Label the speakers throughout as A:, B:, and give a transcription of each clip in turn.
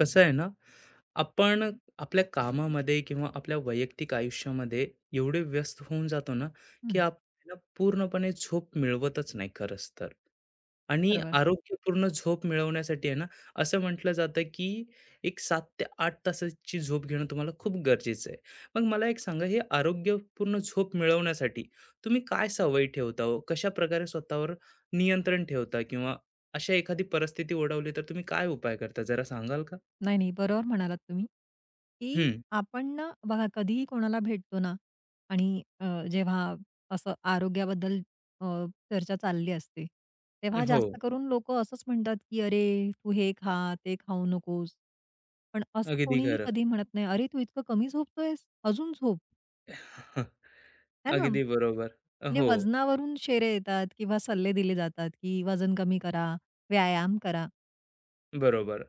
A: कसं आहे ना, आपण आपल्या कामामध्ये किंवा आपल्या वैयक्तिक आयुष्यामध्ये एवढे व्यस्त होऊन जातो ना, की
B: हं,
A: आपल्याला पूर्णपणे झोप मिळवतच नाही खरंच तर. आणि
B: बरोबर.
A: आरोग्यपूर्ण झोप मिळवण्यासाठी आहे ना, असं म्हटलं जातं, की एक 7 ते 8 तासाची झोप घेणं तुम्हाला खूप गरजेचं आहे. मग मला एक सांगा, हे आरोग्यपूर्ण झोप मिळवण्यासाठी तुम्ही काय सवयी ठेवता हो? कशाप्रकारे स्वतःवर नियंत्रण ठेवता? किंवा अशा एखादी परिस्थिती ओढवली तर तुम्ही काय उपाय करता, जरा सांगाल का?
B: नाही, नाही, बरोबर म्हणालात तुम्ही, की
A: हं.
B: आपण ना बघा कधीही कोणाला भेटतो ना आणि जेव्हा असं आरोग्याबद्दल अ, चर्चा चालली असते, तेव्हा
A: हो.
B: जास्त करून लोकं असंच म्हणतात, की "अरे, तू हे खा, ते खाऊ नकोस." पण असं
A: अगदी
B: कोणीही
A: खरं.
B: कधी म्हणत नाही, "अरे, तू इतकं कमी झोपतोयस, अजून झोप." है ना?
A: अगदी बरोबर.
B: म्हणजे
A: हो,
B: वजनावरून शेरे येतात किंवा सल्ले दिले जातात, की वजन कमी करा, व्यायाम करा.
A: बरोबर.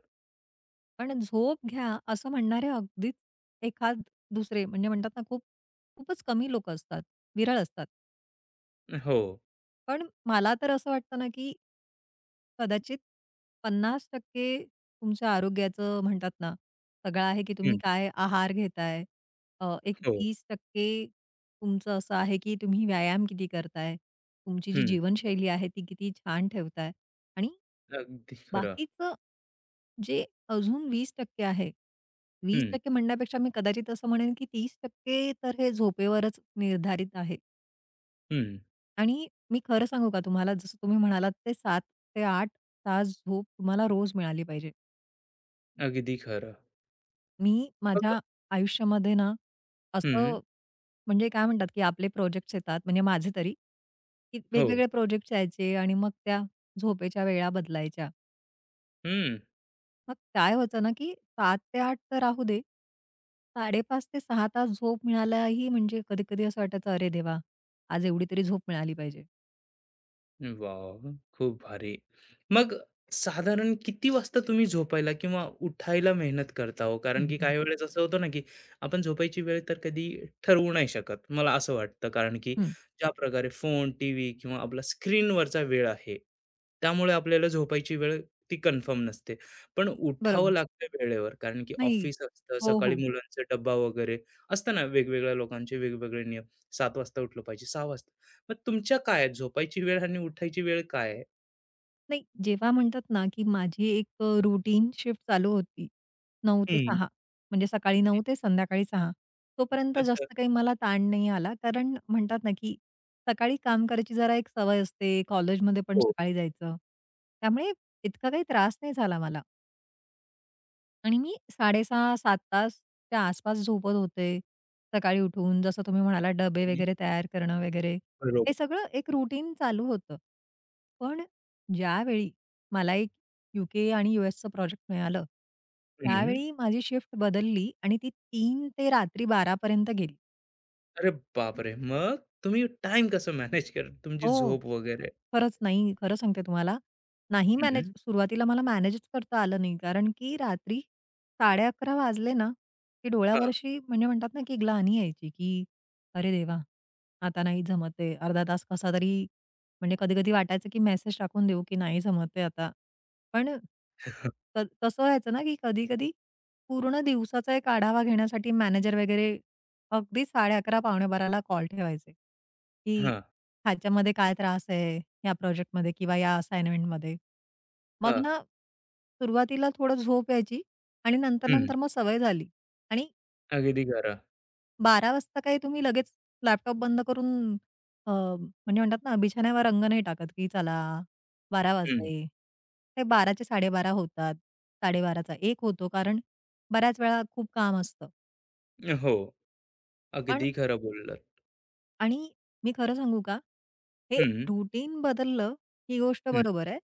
B: पण झोप घ्या असं म्हणणारे अगदीच एखाद दुसरे म्हणजे म्हणतात ना खूप खूपच कमी लोक असतात, विरळ असतात.
A: हो.
B: पण मला तर असं वाटतं ना, की कदाचित 50% तुमच्या आरोग्याचं म्हणतात ना, सगळं आहे की तुम्ही
A: हं,
B: काय आहार घेताय. एक
A: हो.
B: 30% तुमचं असं आहे की तुम्ही व्यायाम किती करताय, तुमची जी
A: हं,
B: जीवनशैली आहे ती किती छान ठेवताय आणि
A: अगदी खरं.
B: बाकीचं जे अजून 20% आहे.
A: हं,
B: 20% म्हणण्यापेक्षा मी कदाचित असं म्हणेन, की 30% तर हे झोपेवरच निर्धारित आहे.
A: हं.
B: आणि मी खरं सांगू का तुम्हाला, जसं तुम्ही म्हणालात ते 7 ते 8 तास झोप तुम्हाला रोज मिळाली पाहिजे.
A: अगदी खरं.
B: मी
A: मग
B: माझ्या आयुष्यामध्ये ना,
A: हं,
B: असं म्हणजे काय म्हणतात, की आपले प्रोजेक्ट्स येतात, म्हणजे माझे तरी, की
A: हो.
B: वेगवेगळे प्रोजेक्ट्स यायचे आणि मग त्या झोपेच्या वेळा बदलायच्या.
A: हं.
B: मग काय होतं ना, की 7 ते 8 तर राहू दे. 5:30 ते 6 तास झोप मिळायलाही म्हणजे कधी-कधी असं वाटायचं, "अरे देवा! आज एवढी तरी झोप मिळाली पाहिजे."
A: वाव, खूप भारी. मग साधारण किती वाजता तुम्ही झोपायला किंवा उठायला मेहनत करता हो? कारण
B: हं,
A: की
B: हं,
A: काही वेळेस असं होतं ना, की आपण झोपायची वेळ तर कधी ठरवू नाही शकत. मला असं वाटतं कारण की
B: हं.
A: ज्या प्रकारे फोन, टीव्ही किंवा आपला स्क्रीनवरचा वेळ आहे, त्यामुळे आपल्याला झोपायची वेळ ती कन्फर्म नसते. पण उठावं
B: बरोबर.
A: लागतं वेळेवर कारण की
B: नाही.
A: ऑफिस असतं,
B: हो,
A: सकाळी
B: हो.
A: मुलांचा डब्बा वगैरे असतं ना, वेगवेगळ्या लोकांचे वेगवेगळे नियम. 7 वाजता उठलं पाहिजे, 6 वाजता मग तुमच्या काय आहेत? झोपायची वेळ आणि उठायची वेळ काय आहे?
B: नाही, जेव्हा म्हणतात ना, की माझी एक रुटीन शिफ्ट चालू होती 9 ते
A: हं.
B: 6 म्हणजे सकाळी 9 ते संध्याकाळी 6 तोपर्यंत
A: अच्छा.
B: जास्त काही मला ताण नाही आला. कारण म्हणतात ना, की सकाळी काम करायची जरा एक सवय असते. कॉलेजमध्ये पण
A: हो.
B: सकाळी जायचं. त्यामुळे इतका काही त्रास नाही झाला मला. आणि मी 6:30-7 तास त्या आसपास झोपत होते. सकाळी उठून जसं तुम्ही म्हणालात डबे
A: हं.
B: वगैरे तयार करणं वगैरे, हे
A: बरोबर.
B: सगळं एक रुटीन चालू होतं. पण ज्यावेळी मला एक यू आणि यू-एसचं प्रोजेक्ट मिळालं,
A: हं.
B: त्यावेळी माझी शिफ्ट बदलली आणि ती 3 ते रात्री 12 गेली.
A: अरे बापरे! मग तुम्ही टाइम कसं मॅनेज कर तुमची
B: हो.
A: झोप वगैरे?
B: खरंच नाही. खरं सांगते तुम्हाला, नाही मॅनेज
A: हं.
B: सुरुवातीला मला मॅनेजच करता आलं नाही. कारण की रात्री साडे अकरा वाजले ना, की डोळ्यावर
A: हां,
B: अशी म्हणजे म्हणतात ना, की ग्लानी यायची, की "अरे देवा! आता नाही जमत आहे." अर्धा तास कसा तरी म्हणजे कधी-कधी वाटायचं, की मेसेज टाकून देऊ, की "नाही जमत आहे आता." पण कसं व्हायचं ना, की कधी-कधी पूर्ण दिवसाचा एक आढावा घेण्यासाठी मॅनेजर वगैरे अगदी 11:30-11:00-12:00 ला कॉल ठेवायचे, की
A: हां,
B: ह्याच्यामध्ये काय त्रास आहे, ह्या प्रोजेक्टमध्ये किंवा या असाइनमेंटमध्ये. मग
A: हां.
B: ना, सुरुवातीला थोडं झोप यायची आणि
A: हं.
B: नंतर-नंतर मग सवय झाली आणि
A: अगदी खरं.
B: बारा वाजता काही तुम्ही लगेच लॅपटॉप बंद करून म्हणजे म्हणतात ना, बिछाण्यावर अंग नाही टाकत, की चला बारा
A: हं.
B: वाजले. ते 12चे 12:30 होतात, 12:30चा 1 होतो कारण बऱ्याच वेळा खूप काम असतं.
A: हो. अगदी खरं बोललात.
B: आणि मी खरं सांगू का? हे
A: हं,
B: रुटीन बदललं ही गोष्ट
A: हं.
B: बरोबर आहे.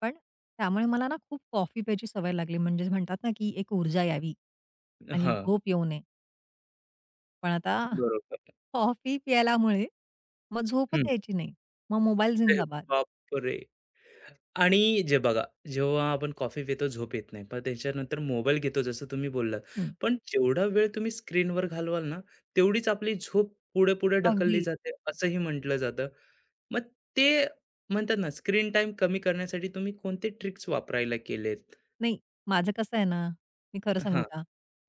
B: पण त्यामुळे मला ना खूप कॉफी प्यायची सवय लागली. म्हणजे म्हणतात ना, की एक ऊर्जा यावी आणि
A: हां.
B: झोप येऊ नये. पण आता
A: बरोबर.
B: कॉफी प्यायल्यामुळे मग झोपच
A: हं.
B: यायची नाही. मग मोबाईल
A: अरे
B: जिंदाबाद.
A: बापरे! आणि जे बघा, जेव्हा आपण कॉफी पितो, झोप येत नाही. पण त्याच्यानंतर मोबाईल घेतो, जसं तुम्ही बोललात.
B: हं.
A: पण जेवढा वेळ तुम्ही स्क्रीनवर घालवाल ना, तेवढीच आपली झोप पुढे-पुढे ढकलली
B: अगदी.
A: जाते, असंही म्हटलं जातं. मग ते म्हणतात ना, स्क्रीन टाईम कमी करण्यासाठी तुम्ही कोणते ट्रिक्स वापरायला केलेत?
B: नाही, माझं कसं आहे ना, मी खरं सांगू
A: हां.
B: का?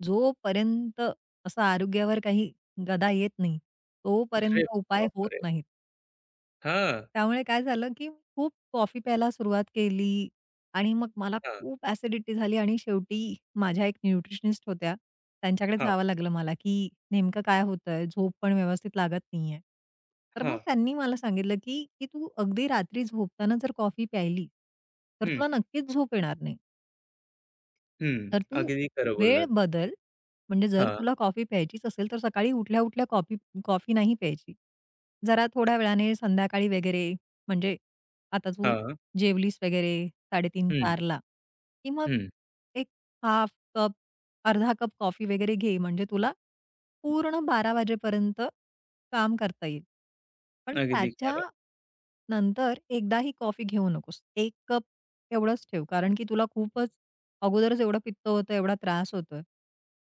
B: जोपर्यंत असं आरोग्यावर काही गदा येत नाही,
A: अरे
B: तोपर्यंत उपाय होत
A: बापरे!
B: नाहीत.
A: हां,
B: त्यामुळे काय झालं, की खूप कॉफी प्यायला सुरुवात केली आणि मग मला
A: हां,
B: खूप ॲसिडिटी झाली आणि शेवटी माझ्या एक न्यूट्रिशनिस्ट होत्या. त्यांच्याकडे
A: हां,
B: जावं लागलं मला, की नेमकं काय होतंय? झोप पण व्यवस्थित लागत नाहीये. तर मग
A: हां.
B: त्यांनी मला सांगितलं, की "की तू अगदी रात्री झोपताना जर कॉफी प्यायली, तर
A: हं,
B: तुला नक्कीच झोप येणार नाही."
A: हं.
B: तर तू
A: अगदी खरं
B: वेळ
A: बोललात.
B: बदल. म्हणजे जर
A: हां,
B: तुला कॉफी प्यायचीच असेल तर सकाळी उठल्या-उठल्या कॉफी कॉफी नाही प्यायची. जरा थोड्या वेळाने संध्याकाळी वगैरे म्हणजे आता तू
A: हां.
B: जेवलीस वगैरे
A: हं,
B: 3:30-4 ला, की मग
A: हं.
B: एक हाफ कप, अर्धा कप कॉफी वगैरे घे. म्हणजे तुला पूर्ण 12 वाजेपर्यंत काम करता येईल. पण
A: अगदी
B: त्याच्या
A: खरं.
B: नंतर एकदाही कॉफी घेऊ नकोस. 1 कप एवढंच ठेव. कारण की तुला खूपच अगोदरच एवढं पित्त होतं, एवढा त्रास होतोय.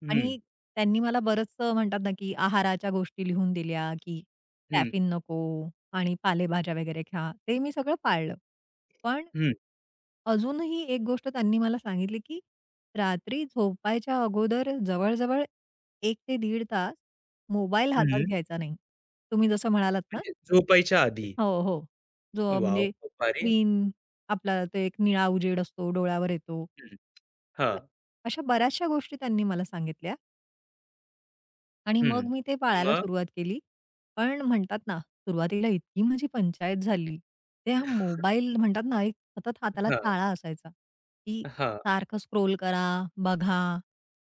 A: हं,
B: आणि त्यांनी मला बरंचसं म्हणतात ना, की आहाराच्या गोष्टी लिहून दिल्या, की
A: हं,
B: कॅफीन नको आणि पालेभाज्या वगैरे खा. ते मी सगळं पाळलं. पण
A: हं,
B: अजूनही एक गोष्ट त्यांनी मला सांगितली, की रात्री झोपायच्या अगोदर जवळ-जवळ एक ते दीड तास मोबाईल हातात
A: हं.
B: घ्यायचा नाही. तुम्ही जसं म्हणालात ना.
A: म्हणजे झोपायच्या आधी.
B: हो, हो. जो
A: वाव
B: म्हणजे
A: खूप भारी.
B: स्क्रीन आपला तो एक निळा उजेड असतो, डोळ्यावर येतो.
A: हं,
B: तर
A: हां,
B: अशा बऱ्याचशा गोष्टी त्यांनी मला सांगितल्या आणि
A: हं.
B: मग मी ते पाळायला
A: मग?
B: सुरुवात केली. पण म्हणतात ना, सुरुवातीला इतकी माझी पंचायत झाली. ते हा मोबाईल म्हणतात ना, एक सतत हाताला
A: हां,
B: चाळा असायचा, की
A: हां,
B: सारखं स्क्रोल करा, बघा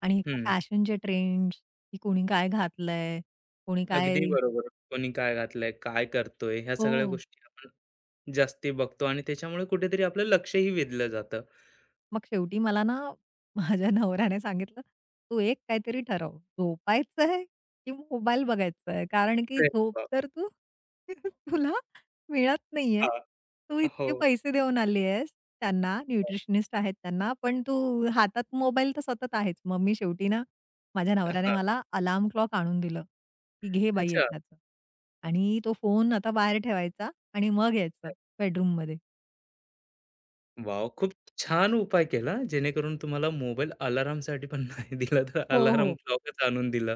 B: आणि
A: हं.
B: फॅशनचे ट्रेंड्स, की कोणी काय घातलंय, कोणी काय.
A: अगदी बरोबर. कोणी काय घातलंय, काय करतोय, ह्या सगळ्या
B: हो.
A: गोष्टी आपण जास्ती बघतो आणि त्याच्यामुळे कुठेतरी आपलं लक्षही वेधलं जातं.
B: मग शेवटी मला ना माझ्या नवऱ्याने सांगितलं, "तू एक काहीतरी ठरव, झोपायचंय की मोबाईल बघायचा आहे? कारण की
A: अरे
B: झोप
A: वाह!
B: तर तू तुला मिळत नाहीये.
A: हां,
B: तू
A: हो.
B: इतके पैसे देऊन आली आहेस त्यांना, न्यूट्रिशनिस्ट आहेत त्यांना, पण तू हातात मोबाईल तर सतत आहेच." मग मी शेवटी ना माझ्या नवऱ्याने
A: हां,
B: मला अलार्म क्लॉक आणून दिलं, की "घे बाई
A: अच्छा.
B: एकदाचं." आणि तो फोन आता बाहेर ठेवायचा आणि मग यायचं बेडरूममध्ये.
A: वॉव! खूप छान उपाय केला, जेणेकरून तुम्हाला मोबाईल अलार्मसाठी पण नाही दिला, तर
B: हो,
A: अलार्म
B: हो.
A: क्लॉकच आणून दिलं.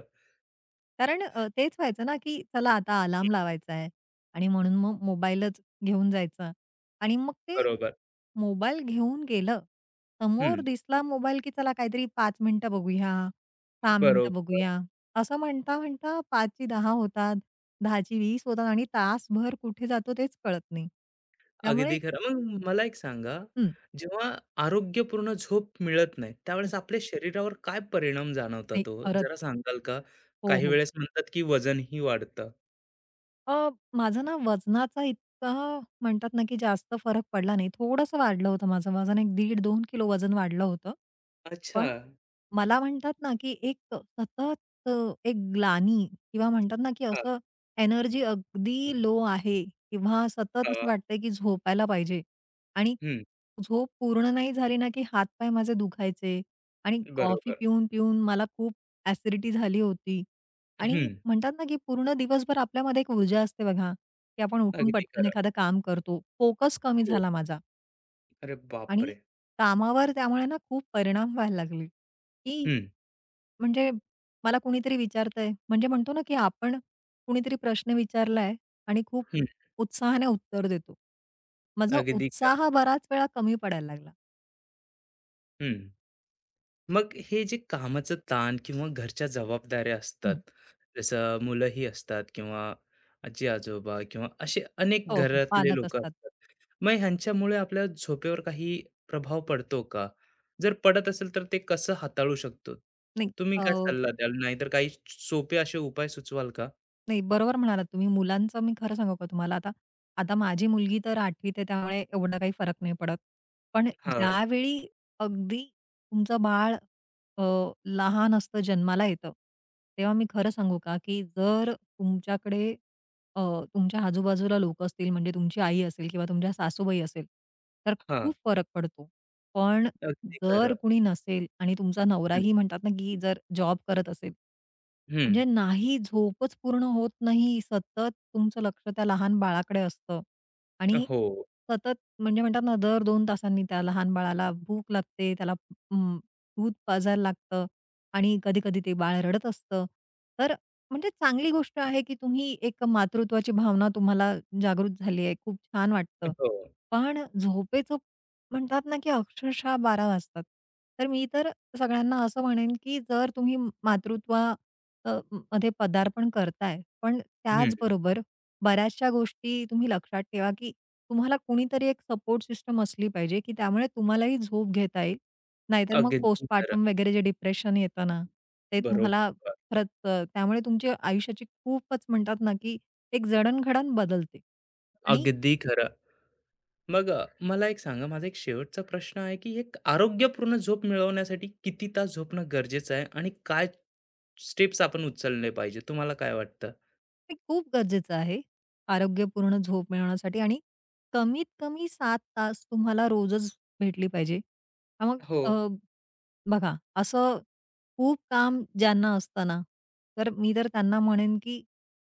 B: कारण तेच व्हायचं ना, की चला आता अलार्म लावायचा आहे आणि म्हणून मग मोबाईलच घेऊन जायचा आणि मग ते
A: बरोबर.
B: मोबाईल घेऊन गेलं. समोर
A: हं,
B: दिसला मोबाईल, की चला काहीतरी 5 मिनिटं बघूया, 6 मिनिटं
A: बरोबर.
B: बघूया. असं म्हणता-म्हणता 5 ची 10 होतात, 10 ची 20 होतात आणि तासभर कुठे जातो तेच कळत नाही. त्यामुळे
A: अगदी खरं. मग मला एक सांगा,
B: हं,
A: जेव्हा आरोग्यपूर्ण झोप मिळत नाही,
B: हं.
A: त्यावेळेस आपल्या शरीरावर काय परिणाम
B: नाही
A: जाणवतात ओ?
B: खरंच.
A: जरा सांगाल का?
B: हो,
A: काही
B: हो.
A: वेळेस म्हणतात, की वजनही वाढतं.
B: अ, माझा ना वजनाचा इतका म्हणतात ना, की जास्त फरक पडला नाही. थोडंसं वाढलं होतं माझं वजन. एक 1.5-2 किलो वजन वाढलं होतं.
A: अच्छा.
B: पण मला म्हणतात ना, की एक सतत अ, एक ग्लानी किंवा म्हणतात ना, की
A: हां,
B: असं एनर्जी अगदी लो आहे किंवा सतत
A: हां.
B: असं वाटतंय, की झोपायला पाहिजे आणि
A: हं.
B: झोप पूर्ण नाही झाली ना, की हात माझे दुखायचे आणि कॉफी
A: बरोबर.
B: पिऊन-पिऊन मला खूप ॲसिडिटी झाली होती. आणि
A: हं.
B: म्हणतात ना, की पूर्ण दिवसभर आपल्यामध्ये एक ऊर्जा असते बघा, की आपण उठून
A: अगदी
B: पटकन
A: खरं.
B: एखादं काम करतो. फोकस कमी
A: हो.
B: झाला माझा
A: अरे
B: आणि
A: बापरे!
B: कामावर त्यामुळे ना खूप परिणाम व्हायला लागले, की
A: हं,
B: म्हणजे मला कुणीतरी विचारतंय, म्हणजे म्हणतो ना, की आपण कुणीतरी प्रश्न विचारलाय आणि खूप
A: हं.
B: उत्साहाने उत्तर देतो. माझा
A: अगदी खरं.
B: उत्साह बराच वेळा कमी पडायला लागला.
A: हं. मग हे जे कामाचं ताण किंवा घरच्या जबाबदाऱ्या असतात,
B: हं.
A: जसं मुलंही असतात किंवा आजी-आजोबा किंवा असे अनेक
B: हो, हो.
A: घरातले
B: पालक
A: लोकं
B: असतात.
A: असतात. मग ह्यांच्यामुळे आपल्या झोपेवर काही प्रभाव पडतो का? जर पडत असेल तर ते कसं हाताळू शकतो?
B: नाही
A: तुम्ही काय सल्ला द्याल? नाहीतर काही सोपे असे उपाय सुचवाल का?
B: नाही, बरोबर म्हणालात तुम्ही. मुलांचं मी खरं सांगू का तुम्हाला, आता आता माझी मुलगी तर 8वीत आहे त्यामुळे एवढा काही फरक नाही पडत. पण
A: हां,
B: ज्यावेळी अगदी तुमचं बाळ अ, लहान असतं, जन्माला येतं, तेव्हा मी खरं सांगू का, की जर तुमच्याकडे अ, तुमच्या आजूबाजूला लोकं असतील म्हणजे तुमची आई असेल किंवा तुमच्या सासूबाई असेल, तर
A: हां.
B: खूप फरक पडतो. पण
A: अगदी
B: जर
A: खरं.
B: कुणी नसेल आणि तुमचा
A: हं,
B: नवराही म्हणतात ना, की जर जॉब करत असेल
A: हं.
B: म्हणजे नाही, झोपच पूर्ण होत नाही. सतत तुमचं लक्ष त्या लहान बाळाकडे असतं आणि
A: हो,
B: सतत म्हणजे म्हणतात ना, दर 2 तासांनी त्या लहान बाळाला भूक लागते, त्याला अं, दूध पाजायला लागतं आणि कधी-कधी ते बाळ रडत असतं. तर म्हणजे चांगली गोष्ट आहे, की तुम्ही एक मातृत्वाची भावना तुम्हाला जागृत झाली आहे. खूप छान वाटतं.
A: हो.
B: पण झोपेचं म्हणतात ना, की अक्षरशः 12 वाजतात. तर मी तर सगळ्यांना असं म्हणेन, की जर तुम्ही मातृत्व मध्ये पदार्पण करताय. पण
A: हं.
B: त्याचबरोबर बऱ्याचशा गोष्टी तुम्ही लक्षात ठेवा, की तुम्हाला कुणीतरी एक सपोर्ट सिस्टम असली पाहिजे, की त्यामुळे तुम्हालाही झोप घेता येईल. नाहीतर मग
A: अगदी खरं.
B: पोस्टपार्टम वगैरे जे डिप्रेशन येतं ना, ते तुम्हाला
A: बरोबर.
B: खरंच त्यामुळे तुमच्या आयुष्याची खूपच म्हणतात ना, की एक जडणघडण बदलते. आणि
A: अगदी खरं. मग मला एक सांगा, माझा एक शेवटचा प्रश्न आहे, की एक आरोग्यपूर्ण झोप मिळवण्यासाठी किती तास झोपणं गरजेचं आहे आणि काय स्टेप्स आपण उचलले पाहिजे? तुम्हाला काय वाटतं?
B: ते खूप गरजेचं आहे आरोग्यपूर्ण झोप मिळवण्यासाठी आणि कमीत कमी 7 तास तुम्हाला रोजच भेटली पाहिजे. हा, मग
A: हो.
B: बघा, असं खूप काम ज्यांना असतं ना, तर मी तर त्यांना म्हणेन, की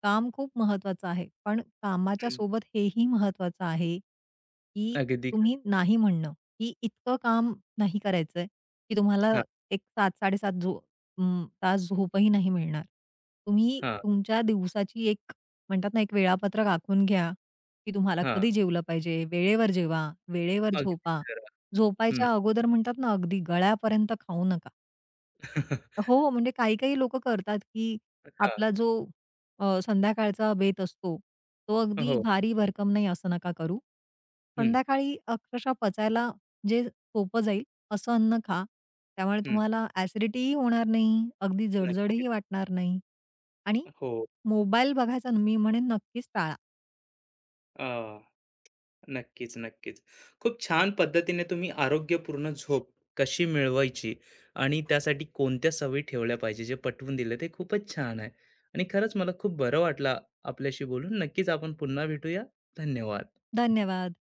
B: काम खूप महत्वाचं आहे. पण कामाच्या सोबत हेही महत्वाचं आहे, की
A: अगदी ख
B: तुम्ही नाही म्हणणं, की इतकं काम नाही करायचंय, की तुम्हाला
A: हां,
B: एक 7-7.5 तास झोपही नाही मिळणार. तुम्ही
A: हां,
B: तुमच्या दिवसाची एक म्हणतात ना, एक वेळापत्रक आखून घ्या, की तुम्हाला
A: हां.
B: कधी जेवलं पाहिजे, वेळेवर जेवा, वेळेवर
A: अगदी
B: झोपा.
A: खरं. हं.
B: झोपायच्या अगोदर म्हणतात ना, अगदी गळ्यापर्यंत खाऊ नका.
A: हां.
B: हो, हो, म्हणजे काही-काही लोक करतात, की आपला जो संध्याकाळचा बेत असतो, तो अगदी
A: हो.
B: भारी भरकम नाही असं नका करू.
A: हं,
B: संध्याकाळी अक्षरशः पचायला जे सोपं जाईल असं अन्न खा. त्यामुळे
A: हं.
B: तुम्हाला ॲसिडिटीही होणार नाही, अगदी जड
A: नक्कीच.
B: वाटणार नाही आणि
A: हो.
B: मोबाईल बघायचा मी म्हणेन नक्कीच टाळा.
A: अ, नक्कीच, नक्कीच. खूप छान पद्धतीने तुम्ही आरोग्यपूर्ण झोप कशी मिळवायची आणि त्यासाठी कोणत्या सवयी ठेवल्या पाहिजे, जे पटवून दिले ते खूपच छान आहे. आणि खरंच मला खूप बरं वाटलं आपल्याशी बोलून. नक्कीच आपण पुन्हा भेटूया. धन्यवाद.
B: धन्यवाद.